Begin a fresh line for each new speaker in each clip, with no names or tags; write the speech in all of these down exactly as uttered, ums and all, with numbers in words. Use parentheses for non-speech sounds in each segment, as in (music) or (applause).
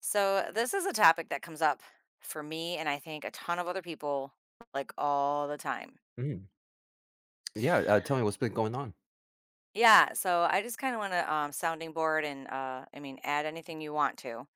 So, this is a topic that comes up for me, and I think a ton of other people like all the time.
Mm. Yeah, uh, tell me what's been going on?
Yeah, so I just kind of want to um sounding board, and uh I mean, add anything you want to.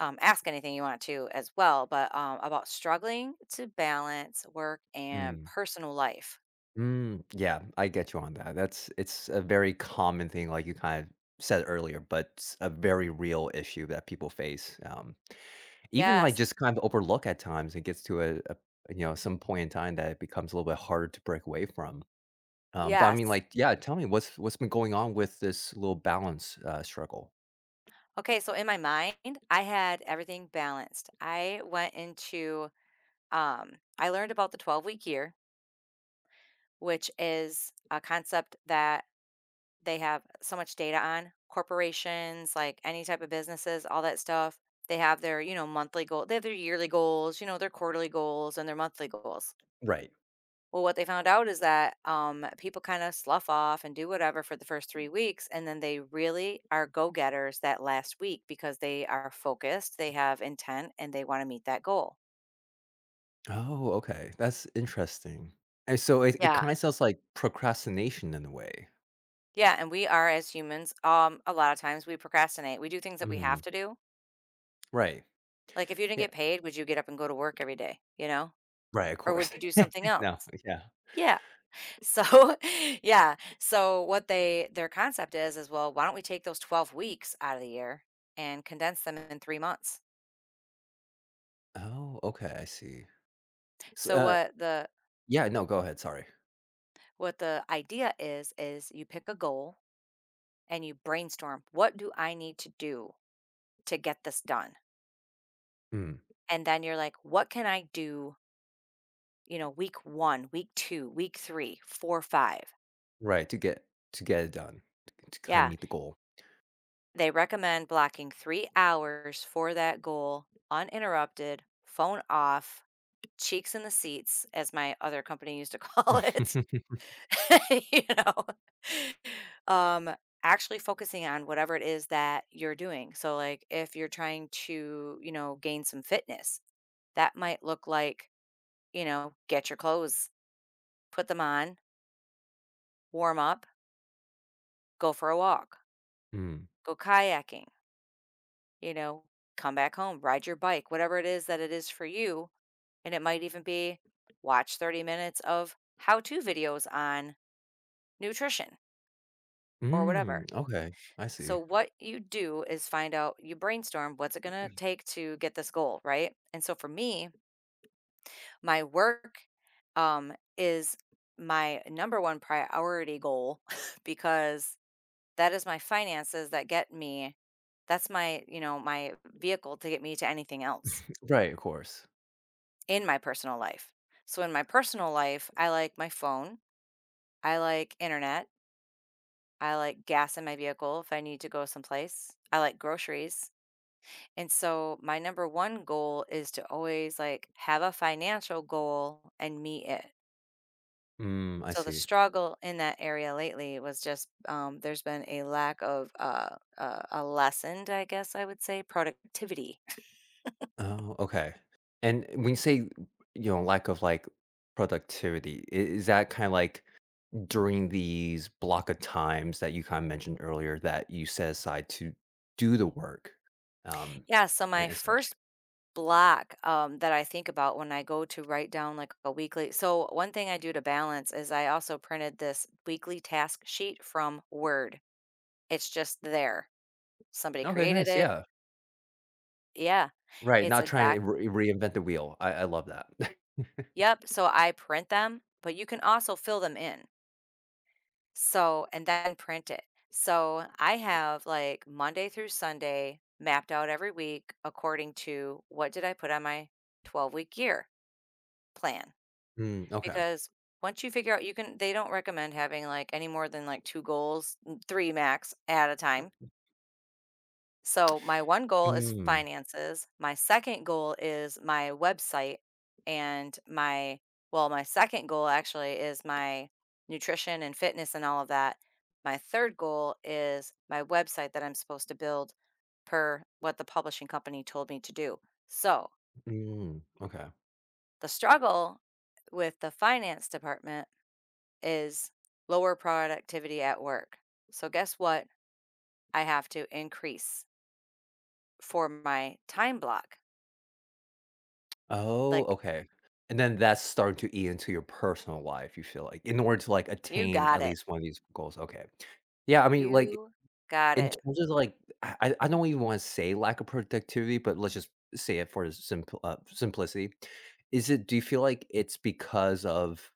Um ask anything you want to as well, but um about struggling to balance work and
Mm.
personal life.
Mm, yeah, I get you on that. That's it's a very common thing, like you kind of said earlier, but it's a very real issue that people face. Um, even like
Yes.
just kind of overlook at times. It gets to a, a you know some point in time that it becomes a little bit harder to break away from. Um, but I mean,
Yes.
like, yeah, tell me what's what's been going on with this little balance uh, struggle.
Okay, so in my mind, I had everything balanced. I went into um I learned about the twelve week year, which is a concept that They have so much data on corporations, like any type of businesses, all that stuff. They have their, you know, monthly goal. They have their yearly goals, you know, their quarterly goals and their monthly goals.
Right.
Well, what they found out is that um, people kind of slough off and do whatever for the first three weeks. And then they really are go getters that last week because they are focused, they have intent, and they want to meet that goal.
Oh, okay. That's interesting. And so it, it
Yeah.
kind of sounds like procrastination in a way.
Yeah. And we are, as humans, um, a lot of times we procrastinate. We do things that we have
Hmm.
to do.
Right.
Like, if you didn't
Yeah.
get paid, would you get up and go to work every day? You know?
Right, of
Or would
course.
you do something
(laughs)
else?
No, yeah.
Yeah. So, (laughs) yeah. So what they their concept is is, well, why don't we take those twelve weeks out of the year and condense them in three months?
Oh, okay, I see. So,
So
uh
what the
yeah, no, go ahead, sorry.
what the idea is is you pick a goal and you brainstorm, "What do I need to do to get this done?"
Mm,
And then you're like, "What can I do, you know, week one, week two, week three, four, five."
right, to get to get it done, to kinda
Yeah.
meet the goal.
They recommend blocking three hours for that goal, uninterrupted, phone off, cheeks in the seats, as my other company used to call it.
(laughs)
(laughs) you know, um, actually focusing on whatever it is that you're doing. So, like, if you're trying to, you know, gain some fitness, that might look like, you know, get your clothes, put them on, warm up, go for a walk,
Mm.
go kayaking, you know, come back home, ride your bike, whatever it is that it is for you. And it might even be watch thirty minutes of how to videos on nutrition or
Mm,
whatever.
okay, I
So,
see.
what you do is find out, you brainstorm what's it going to take to get this goal, right? And so, for me, my work um, is my number one priority goal (laughs) because that is my finances that get me, that's my, you know, my vehicle to get me to anything else
Right, of course.
in my personal life. So, in my personal life, I like my phone, I like internet. I like gas in my vehicle if I need to go someplace. I like groceries. And so my number one goal is to always like have a financial goal and meet it.
Mm, I
So the
see.
struggle in that area lately was just, um, there's been a lack of, uh, uh, a lessened, I guess I would say, productivity. (laughs)
Oh, okay. And when you say, you know, lack of, like, productivity, I is that kinda like during these block of times that you kind of mentioned earlier that you set aside to do the work um,
Yeah, so my
and, and such.
first block, um, that I think about when I go to write down, like, a weekly so one thing I do to balance is I also printed this weekly task sheet from Word. It's just there. Somebody
Okay,
created
nice.
it.
Yeah.
Yeah.
Right.
It's
Not
a
trying
doc
to re- reinvent the wheel. I, I love that. (laughs)
Yep, so I print them, but you can also fill them in. So and then print it. So I have, like, Monday through Sunday mapped out every week according to what did I put on my twelve-week year plan.
Mm, okay.
Because once you figure out you can they don't recommend having, like, any more than, like, two goals, mm, three max at a time. So, my one goal is
Mm,
finances, my second goal is my website, and my well, my second goal actually is my nutrition and fitness and all of that. My third goal is my website that I'm supposed to build per what the publishing company told me to do. So,
mm, okay.
the struggle with the finance department is lower productivity at work. So guess what? I have to increase for my time block.
Oh,
Like,
okay. And then that's starting to eat into your personal life, you feel like, in order to like
you
attain
got
at
it.
least one of these goals. Okay. Yeah. I mean, like,
You got
in
it.
terms of, like, I I don't even wanna say lack of productivity, but let's just say it for simpl uh, simplicity. Is it Do you feel like it's because of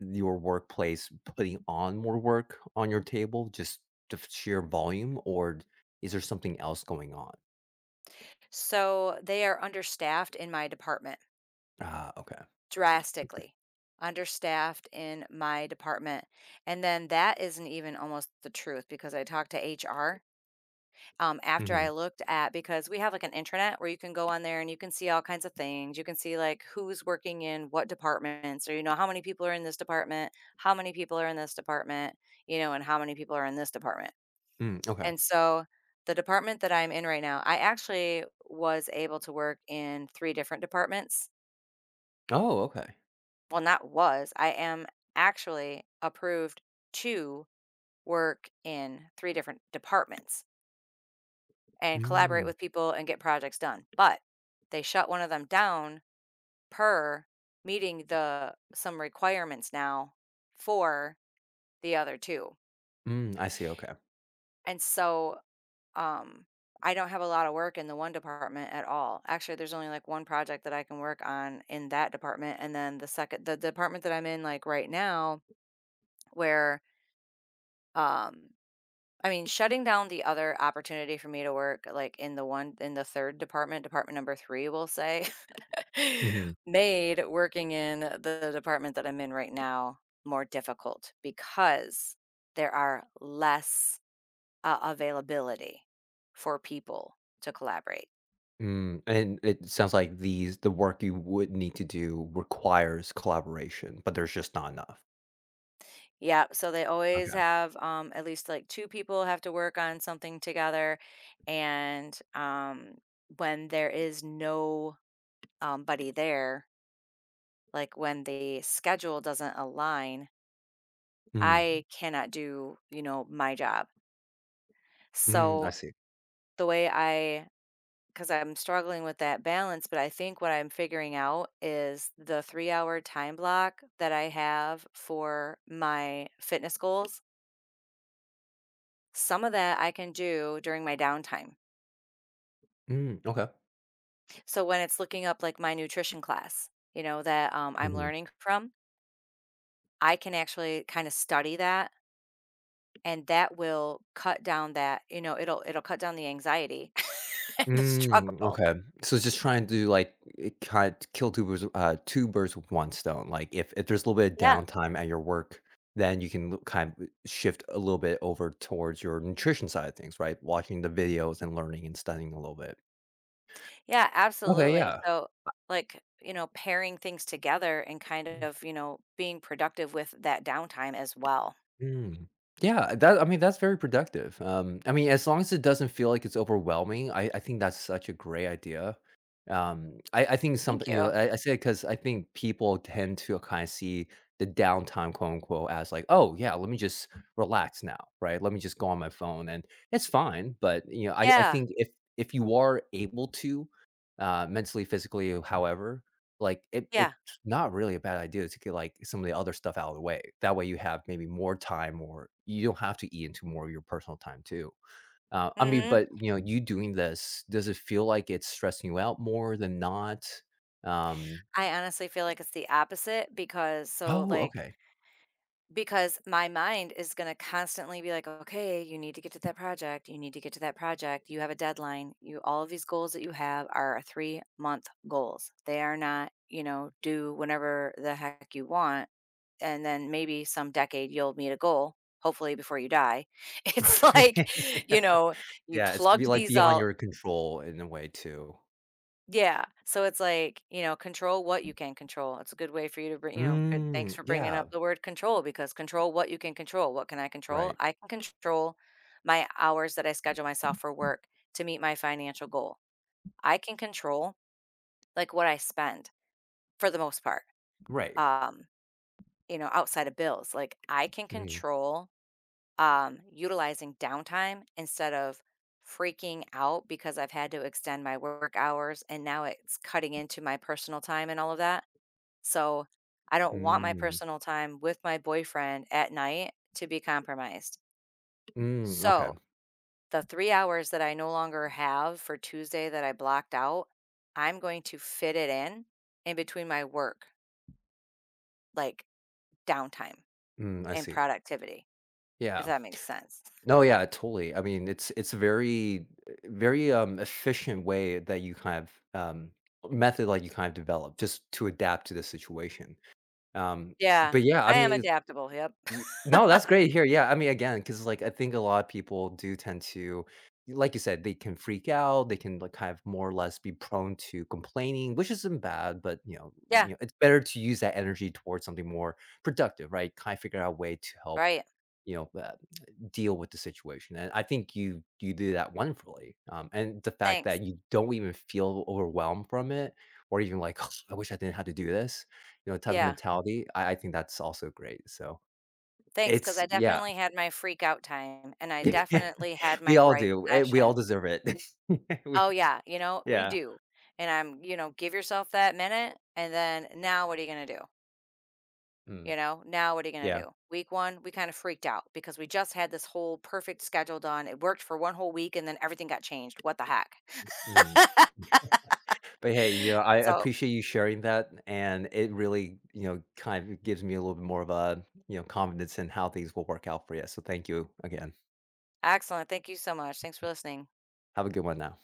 your workplace putting on more work on your table, just the f sheer volume, or is there something else going on?
So they are understaffed in my department
Ah, okay.
drastically, understaffed in my department. And then that isn't even almost the truth because I talked to H R, um, after I
Mhm.
looked at because we have like an intranet where you can go on there and you can see all kinds of things. You can see like who's working in what departments, or you know how many people are in this department, how many people are in this department, you know, and how many people are in this department.
Mm, okay.
And so the department that I'm in right now, I actually was able to work in three different departments.
Oh, okay.
Well, not was. I am actually approved to work in three different departments, and collaborate
Mm.
with people and get projects done. But they shut one of them down per meeting the some requirements now for the other two.
Mm, I see, okay.
And so um I don't have a lot of work in the one department at all. Actually, there's only like one project that I can work on in that department. And then the second the department that I'm in like right now where um I mean, shutting down the other opportunity for me to work like in the one in the third department, department number three, we'll say, (laughs)
Mhm.
made working in the department that I'm in right now more difficult because there are less uh, availability for people to collaborate.
Mm, and it sounds like these the work you would need to do requires collaboration, but there's just not enough.
Yeah, so they always
Okay.
have um, at least like two people have to work on something together, and um, when there is no um, buddy there, like when the schedule doesn't align,
Mm.
I cannot do you know my job.
Mm, I
So
see.
the way I 'Cause I'm struggling with that balance, but I think what I'm figuring out is the three hour time block that I have for my fitness goals, some of that I can do during my downtime.
Mm, okay.
So when it's looking up, like, my nutrition class, you know, that, um, I'm
Mhm.
learning from, I can actually kinda study that, and that will cut down that you know, it'll it'll cut down the anxiety (laughs) and the
Mm,
struggle.
okay. So it's just trying to, like, it cut kill two birds uh, two birds with one stone. Like, if if there's a little bit of
Yeah.
downtime at your work, then you can l kind of shift a little bit over towards your nutrition side of things, right? Watching the videos and learning and studying a little bit.
Yeah,
Okay,
absolutely.
yeah.
So, like, you know, pairing things together and kind of, you know, being productive with that downtime as well.
Mm. Yeah, that I mean, that's very productive. Um, I mean, as long as it doesn't feel like it's overwhelming, I, I think that's such a great idea. Um, I, I think
Thank
something, you know,
you.
I, I say because I think people tend to kind of see the downtime, quote unquote, as like, oh, yeah, let me just relax now, right? Let me just go on my phone and it's fine. But, you know, I, I
Yeah.
think if, if you are able to, uh, mentally, physically, however, like it,
Yeah.
it not really a bad idea to get, like, some of the other stuff out of the way. That way you have maybe more time or you don't have to eat into more of your personal time too. Uh, I mean,
Mhm.
but, you know, you doing this, does it feel like it's stressing you out more than not? Um
I honestly feel like it's the opposite because so
Oh,
like
okay.
because my mind is going to constantly be like, "Okay, you need to get to that project. You need to get to that project. You have a deadline. You all of these goals that you have are three-month goals. They are not, you know, due whenever the heck you want." And then maybe some decade you'll meet a goal, hopefully before you die. (laughs) It's like, you
(laughs)
know, you
Yeah, it's be
plugged
like
these
beyond
all
your control in a way too.
Yeah. So it's like, you know, control what you can control. It's a good way for you to bring, you know, good thanks
Mm,
for bringing up
yeah,
the word control, because control what you can control. What can I control?
right,
I can control my hours that I schedule myself for work to meet my financial goal. I can control like what I spend for the most part.
right.
Um, you know, outside of bills, like I can
Mm,
control um, utilizing downtime instead of freaking out because I've had to extend my work hours and now it's cutting into my personal time and all of that. So I don't want my
mm,
personal time with my boyfriend at night to be compromised.
mm, okay.
So the three hours that I no longer have for Tuesday that I blocked out, I'm going to fit it in in between my work, like downtime
Mm, I
and
see.
productivity, if
Yeah.
that makes sense.
No, yeah, totally. I mean, it's it's a very uh, very um efficient way that you kind of um method like you kind of develop just to adapt to the situation. Um
Yeah,
but yeah, I
I am
mean,
adaptable. Yep.
y-
(laughs)
no, that's great here. Yeah, I mean again, cuz like I think a lot of people do tend to like you said, they can freak out, they can like kind of more or less be prone to complaining, which isn't bad, but you know,
Yeah.
you know, it's better to use that energy towards something more productive, right? Kind of figure out a way to help
Right.
you know uh, deal with the situation, and I think you you do that wonderfully, um, and the fact
Thanks.
that you don't even feel overwhelmed from it or even like, "Ugh, I wish I didn't have to do this," you know, type of
Yeah.
mentality, I I think that's also great, so
Thanks. Because
it's
I
yeah.
definitely had my freak out time, and I definitely had
(laughs)
my
We all
gripe
do, eh, we
session.
all deserve it. (laughs) We
Oh, yeah, you know, we
yeah,
do, and I'm you know, give yourself that minute, and then now what are you gonna do?
mm,
You know, now what are you gonna
yeah,
do? Week one, we kinda freaked out because we just had this whole perfect schedule done. It worked for one whole week, and then everything got changed. What the heck?
mhm, but hey, you
(laughs)
know, I
So,
appreciate you sharing that, and it really, you know, kind of gives me a little bit more of a, you know, confidence in how things will work out for you, so thank you again.
excellent. Thank you so much. Thanks for listening.
Have a good one now.